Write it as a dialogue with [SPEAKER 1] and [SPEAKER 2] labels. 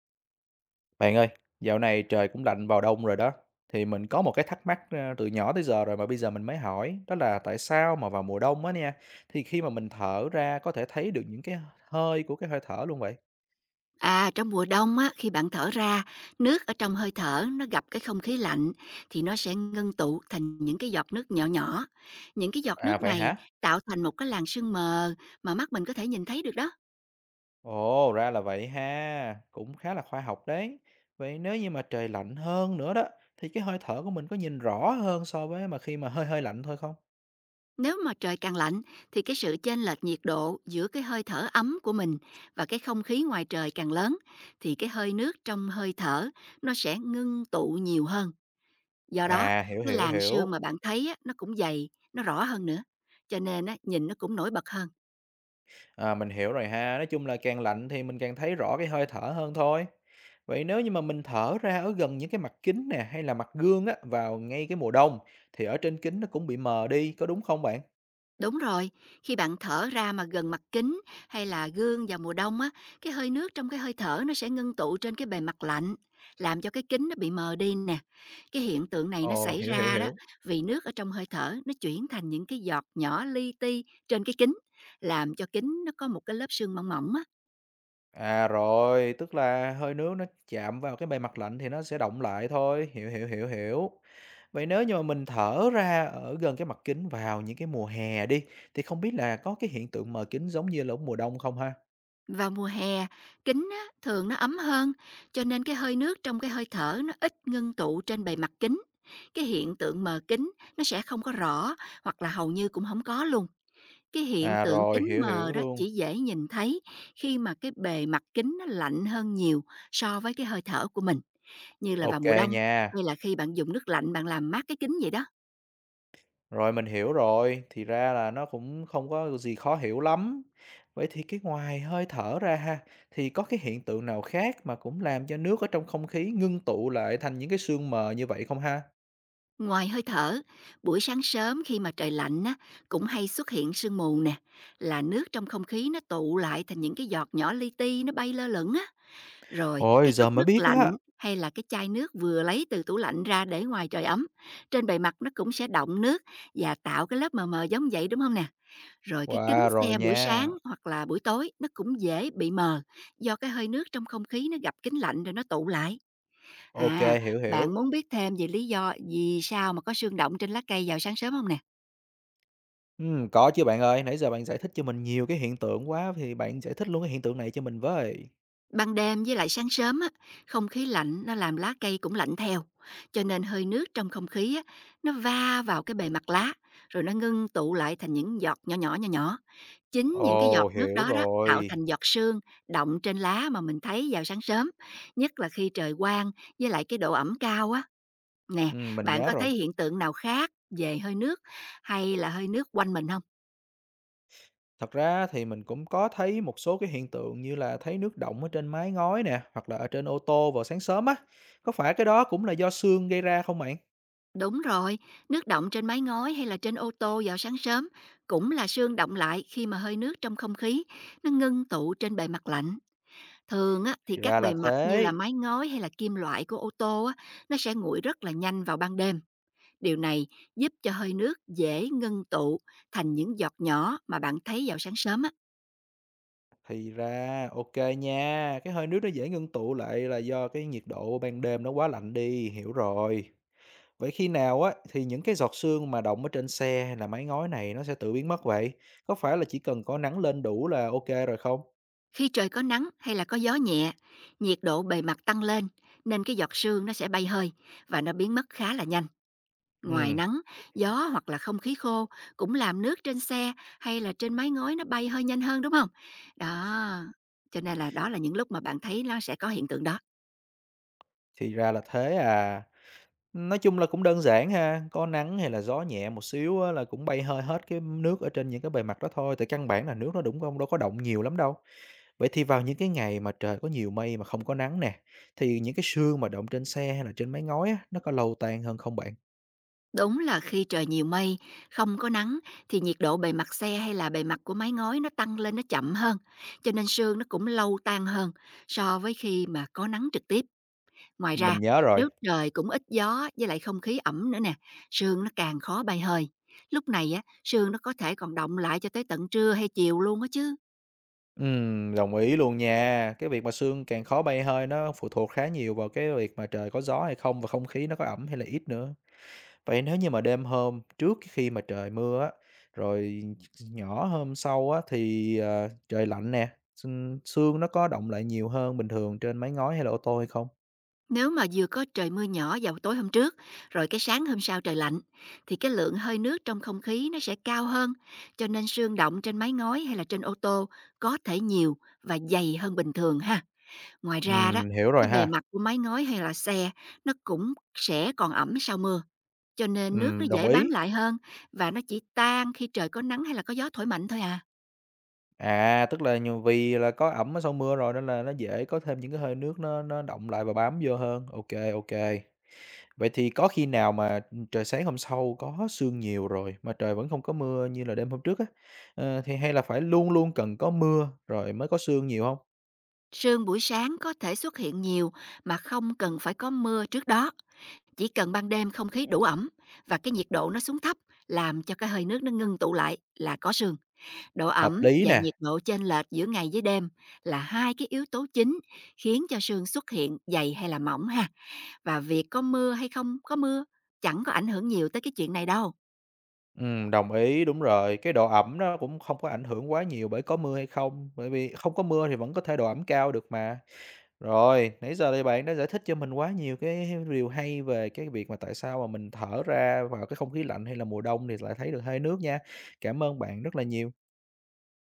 [SPEAKER 1] Bạn ơi, dạo này trời cũng lạnh vào đông rồi đó. Thì mình có một cái thắc mắc từ nhỏ tới giờ rồi mà bây giờ mình mới hỏi. Đó là tại sao mà vào mùa đông á nha, thì khi mà mình thở ra có thể thấy được những cái hơi của cái hơi thở luôn vậy?
[SPEAKER 2] À, trong mùa đông á, khi bạn thở ra, nước ở trong hơi thở nó gặp cái không khí lạnh thì nó sẽ ngưng tụ thành những cái giọt nước nhỏ nhỏ. Những cái giọt
[SPEAKER 1] À
[SPEAKER 2] nước
[SPEAKER 1] vậy
[SPEAKER 2] này
[SPEAKER 1] hả?
[SPEAKER 2] tạo thành một cái làn sương mờ mà mắt mình có thể nhìn thấy được đó.
[SPEAKER 1] Ồ, ra là vậy ha. Cũng khá là khoa học đấy. Vậy nếu như mà trời lạnh hơn nữa đó, thì cái hơi thở của mình có nhìn rõ hơn so với mà khi mà hơi hơi lạnh thôi không?
[SPEAKER 2] Nếu mà trời càng lạnh thì cái sự chênh lệch nhiệt độ giữa cái hơi thở ấm của mình và cái không khí ngoài trời càng lớn thì cái hơi nước trong hơi thở nó sẽ ngưng tụ nhiều hơn. Do đó,
[SPEAKER 1] À, hiểu
[SPEAKER 2] cái
[SPEAKER 1] hiểu
[SPEAKER 2] làn
[SPEAKER 1] hiểu.
[SPEAKER 2] sương mà bạn thấy á, nó cũng dày, nó rõ hơn nữa. Cho nên á, nhìn nó cũng nổi bật hơn.
[SPEAKER 1] À, mình hiểu rồi ha. Nói chung là càng lạnh thì mình càng thấy rõ cái hơi thở hơn thôi. Vậy nếu như mà mình thở ra ở gần những cái mặt kính nè hay là mặt gương á vào ngay cái mùa đông thì ở trên kính nó cũng bị mờ đi, có đúng không bạn?
[SPEAKER 2] Đúng rồi, khi bạn thở ra mà gần mặt kính hay là gương vào mùa đông á, cái hơi nước trong cái hơi thở nó sẽ ngưng tụ trên cái bề mặt lạnh, làm cho cái kính nó bị mờ đi nè. Cái hiện tượng này nó
[SPEAKER 1] Ồ,
[SPEAKER 2] xảy
[SPEAKER 1] hiểu hiểu
[SPEAKER 2] ra đó
[SPEAKER 1] hiểu.
[SPEAKER 2] vì nước ở trong hơi thở nó chuyển thành những cái giọt nhỏ li ti trên cái kính, làm cho kính nó có một cái lớp sương mỏng mỏng á.
[SPEAKER 1] À rồi, tức là hơi nước nó chạm vào cái bề mặt lạnh thì nó sẽ động lại thôi. Hiểu hiểu hiểu hiểu. Vậy nếu như mà mình thở ra ở gần cái mặt kính vào những cái mùa hè đi thì không biết là có cái hiện tượng mờ kính giống như là ở mùa đông không ha?
[SPEAKER 2] Vào mùa hè, kính á, thường nó ấm hơn, cho nên cái hơi nước trong cái hơi thở nó ít ngưng tụ trên bề mặt kính. Cái hiện tượng mờ kính nó sẽ không có rõ hoặc là hầu như cũng không có luôn. Cái hiện
[SPEAKER 1] À
[SPEAKER 2] tượng
[SPEAKER 1] rồi,
[SPEAKER 2] kính
[SPEAKER 1] hiểu
[SPEAKER 2] mờ
[SPEAKER 1] hiểu
[SPEAKER 2] đó
[SPEAKER 1] luôn.
[SPEAKER 2] chỉ dễ nhìn thấy khi mà cái bề mặt kính nó lạnh hơn nhiều so với cái hơi thở của mình, như là vào
[SPEAKER 1] Ok
[SPEAKER 2] mùa đông
[SPEAKER 1] nha.
[SPEAKER 2] hay là khi bạn dùng nước lạnh bạn làm mát cái kính vậy đó.
[SPEAKER 1] Rồi mình hiểu rồi, thì ra là nó cũng không có gì khó hiểu lắm. Vậy thì cái ngoài hơi thở ra ha, thì có cái hiện tượng nào khác mà cũng làm cho nước ở trong không khí ngưng tụ lại thành những cái sương mờ như vậy không ha?
[SPEAKER 2] Ngoài hơi thở, buổi sáng sớm khi mà trời lạnh á, cũng hay xuất hiện sương mù nè, là nước trong không khí nó tụ lại thành những cái giọt nhỏ li ti nó bay lơ lửng á, rồi
[SPEAKER 1] Ôi,
[SPEAKER 2] cái
[SPEAKER 1] giờ
[SPEAKER 2] cốc
[SPEAKER 1] mới
[SPEAKER 2] nước
[SPEAKER 1] biết á.
[SPEAKER 2] lạnh hay là cái chai nước vừa lấy từ tủ lạnh ra để ngoài trời ấm, trên bề mặt nó cũng sẽ động nước và tạo cái lớp mờ mờ giống vậy đúng không nè? Rồi cái kính
[SPEAKER 1] Wow, rồi
[SPEAKER 2] xe buổi sáng
[SPEAKER 1] nha.
[SPEAKER 2] hoặc là buổi tối nó cũng dễ bị mờ do cái hơi nước trong không khí nó gặp kính lạnh rồi nó tụ lại.
[SPEAKER 1] Ok,
[SPEAKER 2] À,
[SPEAKER 1] hiểu
[SPEAKER 2] bạn
[SPEAKER 1] hiểu.
[SPEAKER 2] muốn biết thêm về lý do vì sao mà có sương động trên lá cây vào sáng sớm không nè?
[SPEAKER 1] Có chứ bạn ơi, nãy giờ bạn giải thích cho mình nhiều cái hiện tượng quá, thì bạn giải thích luôn cái hiện tượng này cho mình với.
[SPEAKER 2] Ban đêm với lại sáng sớm á, không khí lạnh nó làm lá cây cũng lạnh theo, cho nên hơi nước trong không khí á, nó va vào cái bề mặt lá, rồi nó ngưng tụ lại thành những giọt nhỏ nhỏ, nhỏ nhỏ. Chính những cái giọt
[SPEAKER 1] Ồ,
[SPEAKER 2] nước
[SPEAKER 1] hiểu
[SPEAKER 2] đó đó tạo
[SPEAKER 1] rồi.
[SPEAKER 2] thành giọt sương động trên lá mà mình thấy vào sáng sớm, nhất là khi trời quang với lại cái độ ẩm cao á. Nè,
[SPEAKER 1] Mình
[SPEAKER 2] bạn
[SPEAKER 1] nhớ
[SPEAKER 2] có thấy
[SPEAKER 1] rồi.
[SPEAKER 2] hiện tượng nào khác về hơi nước hay là hơi nước quanh mình không?
[SPEAKER 1] Thật ra thì mình cũng có thấy một số cái hiện tượng như là thấy nước đọng ở trên mái ngói nè, hoặc là ở trên ô tô vào sáng sớm á. Có phải cái đó cũng là do sương gây ra không bạn?
[SPEAKER 2] Đúng rồi, nước đọng trên mái ngói hay là trên ô tô vào sáng sớm cũng là sương đọng lại khi mà hơi nước trong không khí nó ngưng tụ trên bề mặt lạnh. Thường á, thì
[SPEAKER 1] Thì
[SPEAKER 2] các
[SPEAKER 1] ra
[SPEAKER 2] bề
[SPEAKER 1] là
[SPEAKER 2] mặt như là
[SPEAKER 1] thế.
[SPEAKER 2] mái ngói hay là kim loại của ô tô á, nó sẽ nguội rất là nhanh vào ban đêm. Điều này giúp cho hơi nước dễ ngưng tụ thành những giọt nhỏ mà bạn thấy vào sáng sớm á.
[SPEAKER 1] Thì ra, ok nha. Cái hơi nước nó dễ ngưng tụ lại là do cái nhiệt độ ban đêm nó quá lạnh đi, hiểu rồi. Vậy khi nào á thì những cái giọt sương mà đọng ở trên xe hay là mái ngói này nó sẽ tự biến mất vậy? Có phải là chỉ cần có nắng lên đủ là ok rồi không?
[SPEAKER 2] Khi trời có nắng hay là có gió nhẹ, nhiệt độ bề mặt tăng lên nên cái giọt sương nó sẽ bay hơi và nó biến mất khá là nhanh. Ngoài
[SPEAKER 1] Ừ,
[SPEAKER 2] nắng, gió hoặc là không khí khô cũng làm nước trên xe hay là trên mái ngói nó bay hơi nhanh hơn đúng không? Đó, cho nên là đó là những lúc mà bạn thấy nó sẽ có hiện tượng đó.
[SPEAKER 1] thì ra là thế à. Nói chung là cũng đơn giản ha, có nắng hay là gió nhẹ một xíu á là cũng bay hơi hết cái nước ở trên những cái bề mặt đó thôi, tại căn bản là nước nó đúng không đâu có động nhiều lắm đâu. Vậy thì vào những cái ngày mà trời có nhiều mây mà không có nắng nè, thì những cái sương mà động trên xe hay là trên mái ngói á, nó có lâu tan hơn không bạn?
[SPEAKER 2] Đúng là khi trời nhiều mây, không có nắng thì nhiệt độ bề mặt xe hay là bề mặt của mái ngói nó tăng lên nó chậm hơn, cho nên sương nó cũng lâu tan hơn so với khi mà có nắng trực tiếp. Ngoài ra,
[SPEAKER 1] Mình nhớ rồi.
[SPEAKER 2] nếu trời cũng ít gió với lại không khí ẩm nữa nè, sương nó càng khó bay hơi. Lúc này á, sương nó có thể còn động lại cho tới tận trưa hay chiều luôn á chứ.
[SPEAKER 1] Đồng ý luôn nha. Cái việc mà sương càng khó bay hơi nó phụ thuộc khá nhiều vào cái việc mà trời có gió hay không và không khí nó có ẩm hay là ít nữa. Vậy nếu như mà đêm hôm trước cái khi mà trời mưa á, rồi nhỏ hôm sau á thì, trời lạnh nè, sương sương nó có đọng lại nhiều hơn bình thường trên mái ngói hay là ô tô hay không?
[SPEAKER 2] Nếu mà vừa có trời mưa nhỏ vào tối hôm trước, rồi cái sáng hôm sau trời lạnh, thì cái lượng hơi nước trong không khí nó sẽ cao hơn, cho nên sương động trên mái ngói hay là trên ô tô có thể nhiều và dày hơn bình thường ha. Ngoài ra đó,
[SPEAKER 1] Hiểu
[SPEAKER 2] cái
[SPEAKER 1] rồi
[SPEAKER 2] bề
[SPEAKER 1] ha.
[SPEAKER 2] mặt của mái ngói hay là xe nó cũng sẽ còn ẩm sau mưa. Cho nên nước nó
[SPEAKER 1] Đồng
[SPEAKER 2] dễ bám
[SPEAKER 1] ý.
[SPEAKER 2] lại hơn và nó chỉ tan khi trời có nắng hay là có gió thổi mạnh thôi à.
[SPEAKER 1] À, tức là nhiều vì là có ẩm ở sau mưa rồi nên là nó dễ có thêm những cái hơi nước nó đọng lại và bám vô hơn. Ok, ok. Vậy thì có khi nào mà, ừ, trời sáng hôm sau có sương nhiều rồi mà trời vẫn không có mưa như là đêm hôm trước á, thì hay là phải luôn luôn cần có mưa rồi mới có sương nhiều không?
[SPEAKER 2] Sương buổi sáng có thể xuất hiện nhiều mà không cần phải có mưa trước đó. Chỉ cần ban đêm không khí đủ ẩm và cái nhiệt độ nó xuống thấp làm cho cái hơi nước nó ngưng tụ lại là có sương. Độ
[SPEAKER 1] Hợp
[SPEAKER 2] ẩm
[SPEAKER 1] lý
[SPEAKER 2] và
[SPEAKER 1] nè,
[SPEAKER 2] nhiệt độ chênh lệch giữa ngày với đêm là hai cái yếu tố chính khiến cho sương xuất hiện dày hay là mỏng ha. Và việc có mưa hay không có mưa chẳng có ảnh hưởng nhiều tới cái chuyện này đâu.
[SPEAKER 1] đồng ý, đúng rồi, cái độ ẩm nó cũng không có ảnh hưởng quá nhiều bởi có mưa hay không, bởi vì không có mưa thì vẫn có thể độ ẩm cao được mà. Rồi, nãy giờ thì bạn đã giải thích cho mình quá nhiều cái điều hay về cái việc mà tại sao mà mình thở ra vào cái không khí lạnh hay là mùa đông thì lại thấy được hơi nước nha. Cảm ơn bạn rất là nhiều.